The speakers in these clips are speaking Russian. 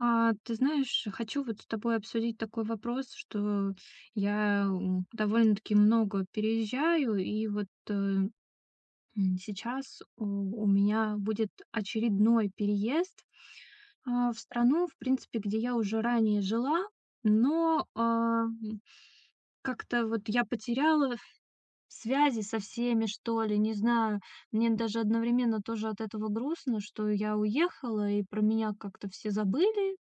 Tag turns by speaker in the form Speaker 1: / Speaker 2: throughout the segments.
Speaker 1: А, ты знаешь, хочу вот с тобой обсудить такой вопрос, что я довольно-таки много переезжаю, и вот сейчас у меня будет очередной переезд в страну, в принципе, где я уже ранее жила, но как-то вот я потеряла в связи со всеми, что ли, не знаю. Мне даже одновременно тоже от этого грустно, что я уехала, и про меня как-то все забыли.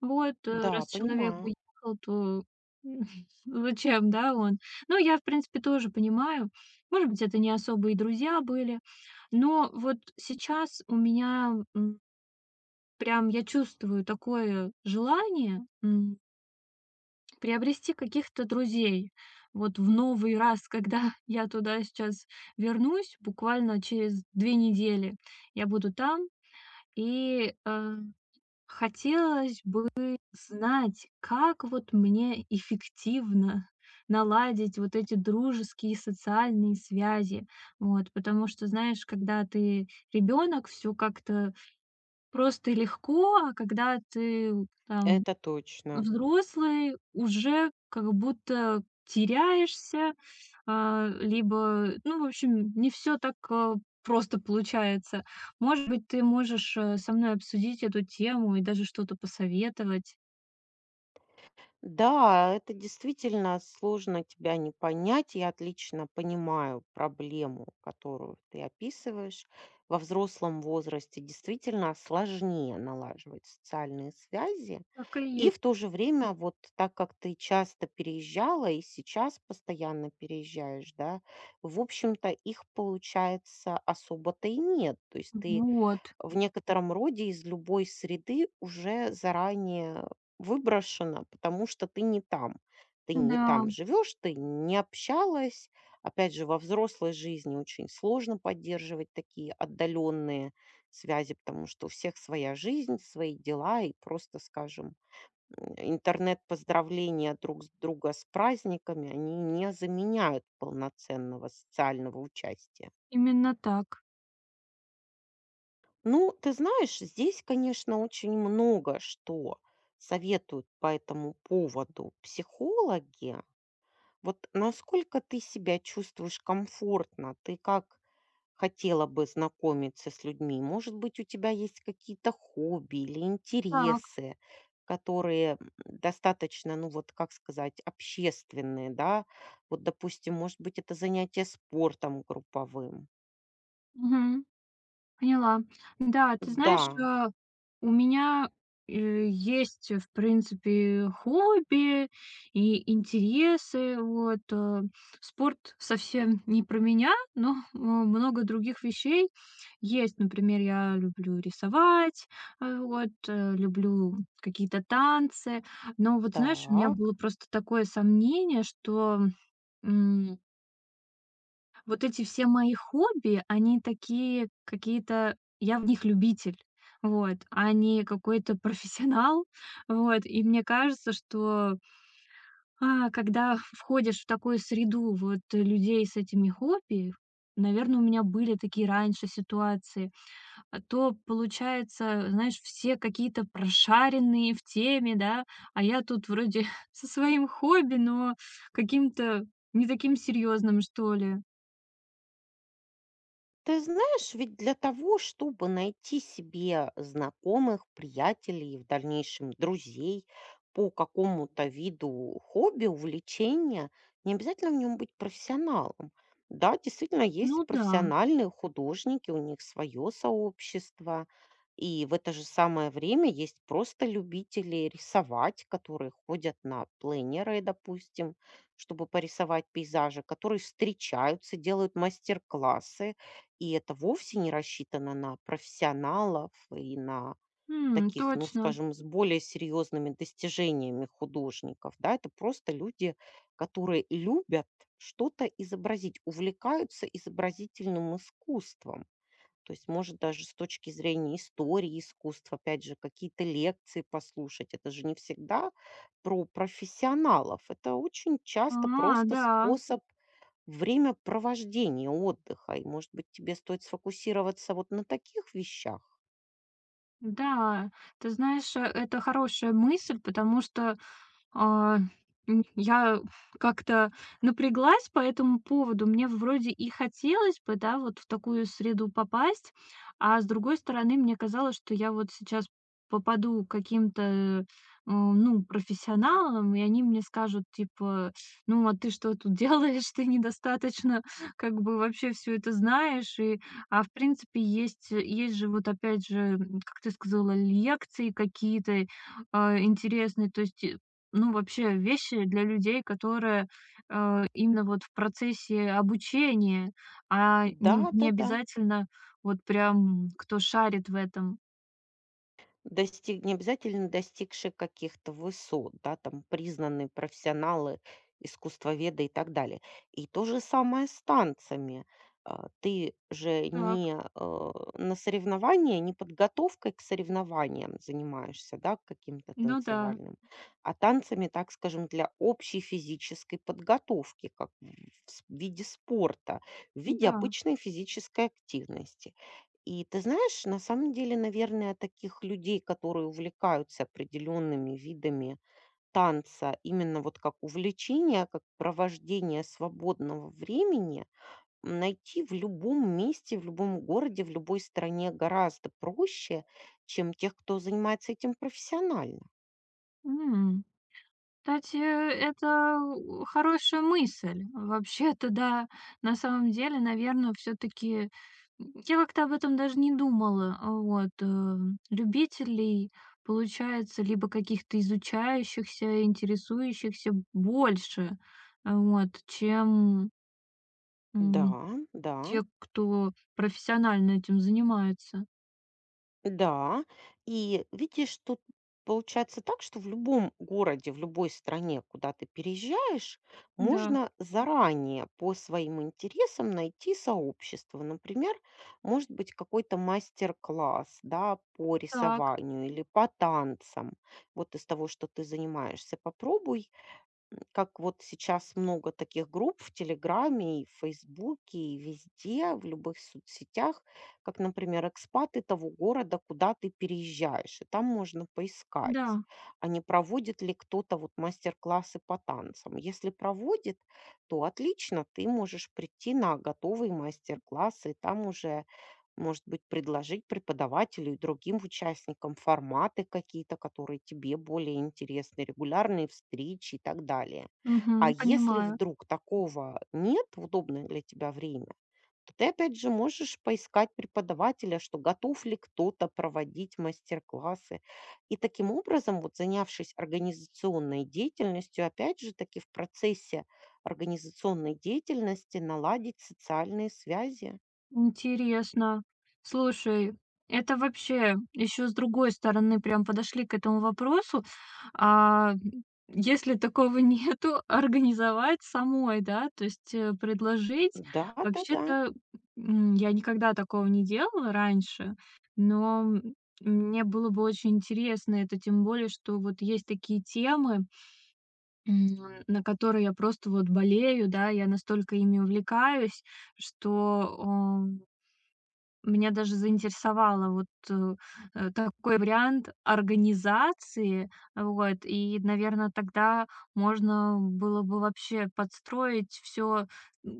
Speaker 1: Вот, раз
Speaker 2: Да,
Speaker 1: человек
Speaker 2: понимаю,
Speaker 1: уехал, то зачем, да, он? Ну, я, в принципе, тоже понимаю. Может быть, это не особо и друзья были. Но вот сейчас у меня прям я чувствую такое желание. Приобрести каких-то друзей. Вот в новый раз, когда я туда сейчас вернусь, буквально через 2 недели я буду там, и, хотелось бы знать, как вот мне эффективно наладить вот эти дружеские и социальные связи. Вот, потому что, знаешь, когда ты ребенок, все как-то просто и легко, а когда ты там
Speaker 2: это точно.
Speaker 1: взрослый уже как будто теряешься, либо, ну, в общем, не все так, просто получается. Может быть, ты можешь, со мной обсудить эту тему и даже что-то посоветовать?
Speaker 2: Да, это действительно сложно тебя не понять. Я отлично понимаю проблему, которую ты описываешь. Во взрослом возрасте действительно сложнее налаживать социальные связи.
Speaker 1: Так и есть.
Speaker 2: И в то же время, вот так как ты часто переезжала и сейчас постоянно переезжаешь, да, в общем-то, их, получается, особо-то и нет. То есть ты
Speaker 1: Вот,
Speaker 2: в некотором роде из любой среды уже заранее выброшена, потому что ты не там. Ты не
Speaker 1: да,
Speaker 2: там живешь, ты не общалась. Опять же, во взрослой жизни очень сложно поддерживать такие отдаленные связи, потому что у всех своя жизнь, свои дела, и просто, скажем, интернет-поздравления друг с друга с праздниками, они не заменяют полноценного социального участия.
Speaker 1: именно так.
Speaker 2: Ну, ты знаешь, здесь, конечно, очень много что советуют по этому поводу психологи. Вот насколько ты себя чувствуешь комфортно? Ты как хотела бы знакомиться с людьми? Может быть, у тебя есть какие-то хобби или
Speaker 1: Так,
Speaker 2: интересы, которые достаточно, ну вот, как сказать, общественные, да? Вот, допустим, может быть, это занятие спортом групповым.
Speaker 1: мгм. Поняла. Да, ты
Speaker 2: Да,
Speaker 1: знаешь, у меня, есть, в принципе, хобби и интересы. Вот, спорт совсем не про меня, но, много других вещей есть. Например, я люблю рисовать, вот, люблю какие-то танцы. Но вот, знаешь, у меня
Speaker 2: так.
Speaker 1: было просто такое сомнение, что, вот эти все мои хобби, они такие какие-то я в них любитель, вот, а не какой-то профессионал, вот. И мне кажется, что, когда входишь в такую среду вот людей с этими хобби, наверное, у меня были такие раньше ситуации, а то получается, знаешь, все какие-то прошаренные в теме, да, а я тут вроде со своим хобби, но каким-то не таким серьезным, что ли.
Speaker 2: Ты знаешь, ведь для того, чтобы найти себе знакомых, приятелей и в дальнейшем друзей по какому-то виду хобби, увлечения, не обязательно в нем быть профессионалом. Да, действительно,
Speaker 1: Ну
Speaker 2: есть
Speaker 1: да.
Speaker 2: профессиональные художники, у них свое сообщество, и в это же самое время есть просто любители рисовать, которые ходят на пленеры, допустим, чтобы порисовать пейзажи, которые встречаются, делают мастер-классы, и это вовсе не рассчитано на профессионалов и на
Speaker 1: М,
Speaker 2: таких, ну,
Speaker 1: точно.
Speaker 2: скажем, с более серьезными достижениями художников, да, это просто люди, которые любят что-то изобразить, увлекаются изобразительным искусством. То есть, может, даже с точки зрения истории искусства, опять же, какие-то лекции послушать. Это же не всегда про профессионалов. Это очень часто
Speaker 1: А,
Speaker 2: просто
Speaker 1: да,
Speaker 2: способ время провождения отдыха. И, может быть, тебе стоит сфокусироваться вот на таких вещах?
Speaker 1: да. Ты знаешь, это хорошая мысль, потому что А, я как-то напряглась по этому поводу. Мне вроде и хотелось бы, да, вот в такую среду попасть, а с другой стороны, мне казалось, что я вот сейчас попаду к каким-то, ну, профессионалам, и они мне скажут, типа, ну, а ты что тут делаешь, ты недостаточно как бы вообще все это знаешь, и, в принципе есть же вот опять же, как ты сказала, лекции какие-то, интересные, то есть ну, вообще вещи для людей, которые, именно вот в процессе обучения, а
Speaker 2: Да,
Speaker 1: не
Speaker 2: да, да.
Speaker 1: обязательно вот прям кто шарит в этом.
Speaker 2: Достиг Не обязательно достигшие каких-то высот, да, там признанные профессионалы, искусствоведы и так далее. И то же самое с танцами. А, ты же
Speaker 1: Так,
Speaker 2: не на соревнования, не подготовкой к соревнованиям занимаешься, да, к каким-то
Speaker 1: ну да,
Speaker 2: танцевальным, а танцами, так скажем, для общей физической подготовки, как в виде спорта, в виде
Speaker 1: да,
Speaker 2: обычной физической активности. И ты знаешь, на самом деле, наверное, таких людей, которые увлекаются определенными видами танца, именно вот как увлечение, как провождение свободного времени, найти в любом месте, в любом городе, в любой стране гораздо проще, чем тех, кто занимается этим профессионально.
Speaker 1: м. Кстати, это хорошая мысль. Вообще-то, да, на самом деле, наверное, все таки я как-то об этом даже не думала. Вот, любителей, получается, либо каких-то изучающихся, интересующихся больше, вот, чем,
Speaker 2: Да,
Speaker 1: м,
Speaker 2: да.
Speaker 1: те, кто профессионально этим занимается.
Speaker 2: Да, и видишь, тут получается так, что в любом городе, в любой стране, куда ты переезжаешь,
Speaker 1: Да,
Speaker 2: можно заранее по своим интересам найти сообщество. Например, может быть какой-то мастер-класс, да, по
Speaker 1: так,
Speaker 2: рисованию или по танцам. Вот из того, что ты занимаешься, попробуй как вот сейчас много таких групп в Телеграме, и в Фейсбуке, и везде, в любых соцсетях, как, например, экспаты того города, куда ты переезжаешь, и там можно поискать,
Speaker 1: да,
Speaker 2: а не проводит ли кто-то вот мастер-классы по танцам. Если проводит, то отлично, ты можешь прийти на готовый мастер-класс, и там уже может быть, предложить преподавателю и другим участникам форматы какие-то, которые тебе более интересны, регулярные встречи и так далее. А
Speaker 1: мгм,
Speaker 2: если
Speaker 1: понимаю.
Speaker 2: вдруг такого нет в удобное для тебя время, то ты опять же можешь поискать преподавателя, что готов ли кто-то проводить мастер-классы. И таким образом, вот занявшись организационной деятельностью, опять же таки в процессе организационной деятельности наладить социальные связи.
Speaker 1: Интересно. Слушай, это вообще еще с другой стороны прям подошли к этому вопросу. А, если такого нету, организовать самой, да, то есть предложить.
Speaker 2: Да, да, да.
Speaker 1: Вообще-то я никогда такого не делала раньше, но мне было бы очень интересно это, тем более, что вот есть такие темы, м, на которые я просто вот болею, да, я настолько ими увлекаюсь, что меня даже заинтересовало вот, такой вариант организации. Вот, и, наверное, тогда можно было бы вообще подстроить все,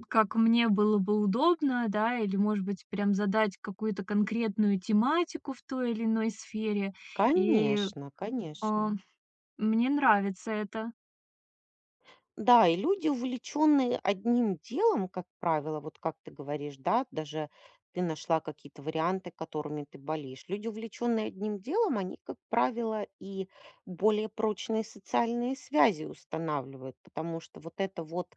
Speaker 1: как мне было бы удобно, да, или, может быть, прям задать какую-то конкретную тематику в той или иной сфере. И,
Speaker 2: Конечно,
Speaker 1: а,
Speaker 2: конечно.
Speaker 1: мне нравится это.
Speaker 2: Да, и люди, увлеченные одним делом, как правило, вот как ты говоришь, да, даже ты нашла какие-то варианты, которыми ты болеешь. Люди, увлеченные одним делом, они, как правило, и более прочные социальные связи устанавливают, потому что вот это вот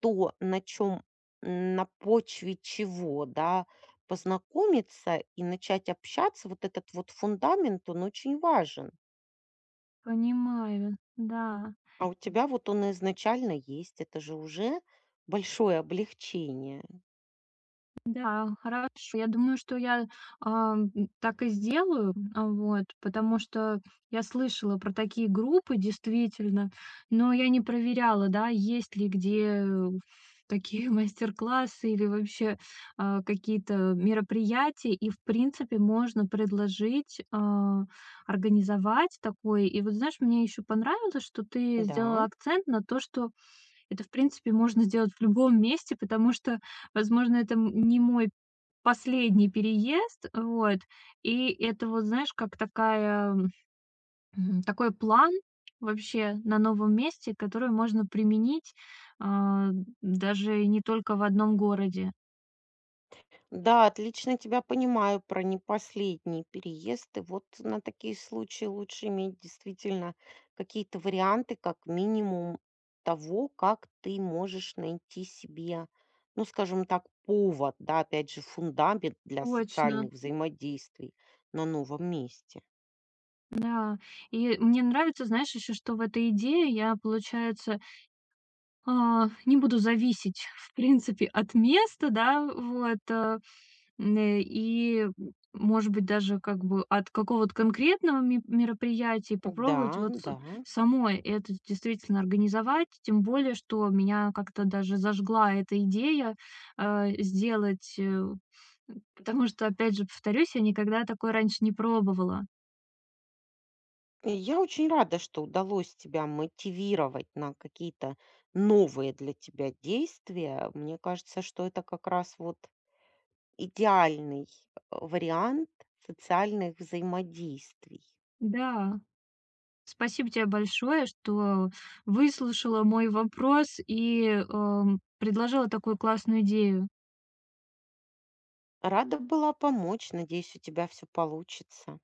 Speaker 2: то, на чем, на почве чего, да, познакомиться и начать общаться, вот этот вот фундамент, он очень важен.
Speaker 1: Понимаю, да.
Speaker 2: А у тебя вот он изначально есть, это же уже большое облегчение.
Speaker 1: Да, хорошо. Я думаю, что я, а, м, так и сделаю, вот, потому что я слышала про такие группы, действительно, но я не проверяла, да, есть ли где такие мастер-классы или вообще, какие-то мероприятия. И, в принципе, можно предложить, организовать такое. И вот, знаешь, мне еще понравилось, что ты сделала
Speaker 2: Да,
Speaker 1: акцент на то, что это, в принципе, можно сделать в любом месте, потому что, возможно, это не мой последний переезд. Вот. И это вот, знаешь, как такая, такой план вообще на новом месте, который можно применить, а, даже и не только в одном городе.
Speaker 2: да, отлично тебя понимаю про не последний переезд. И вот на такие случаи лучше иметь действительно какие-то варианты, как минимум того, как ты можешь найти себе, ну, скажем так, повод, да, опять же, фундамент для
Speaker 1: Точно,
Speaker 2: социальных взаимодействий на новом месте.
Speaker 1: да. И мне нравится, знаешь, еще, что в этой идее я, получается, не буду зависеть, в принципе, от места, да, вот. И, может быть, даже как бы от какого-то конкретного ме мероприятия
Speaker 2: Да,
Speaker 1: попробовать вот с
Speaker 2: да.
Speaker 1: самой это действительно организовать. Тем более, что меня как-то даже зажгла эта идея, сделать, потому что, опять же, повторюсь, я никогда такое раньше не пробовала.
Speaker 2: Я очень рада, что удалось тебя мотивировать на какие-то новые для тебя действия. Мне кажется, что это как раз вот идеальный вариант социальных взаимодействий.
Speaker 1: Да, спасибо тебе большое, что выслушала мой вопрос и, предложила такую классную идею.
Speaker 2: Рада была помочь. Надеюсь, у тебя все получится.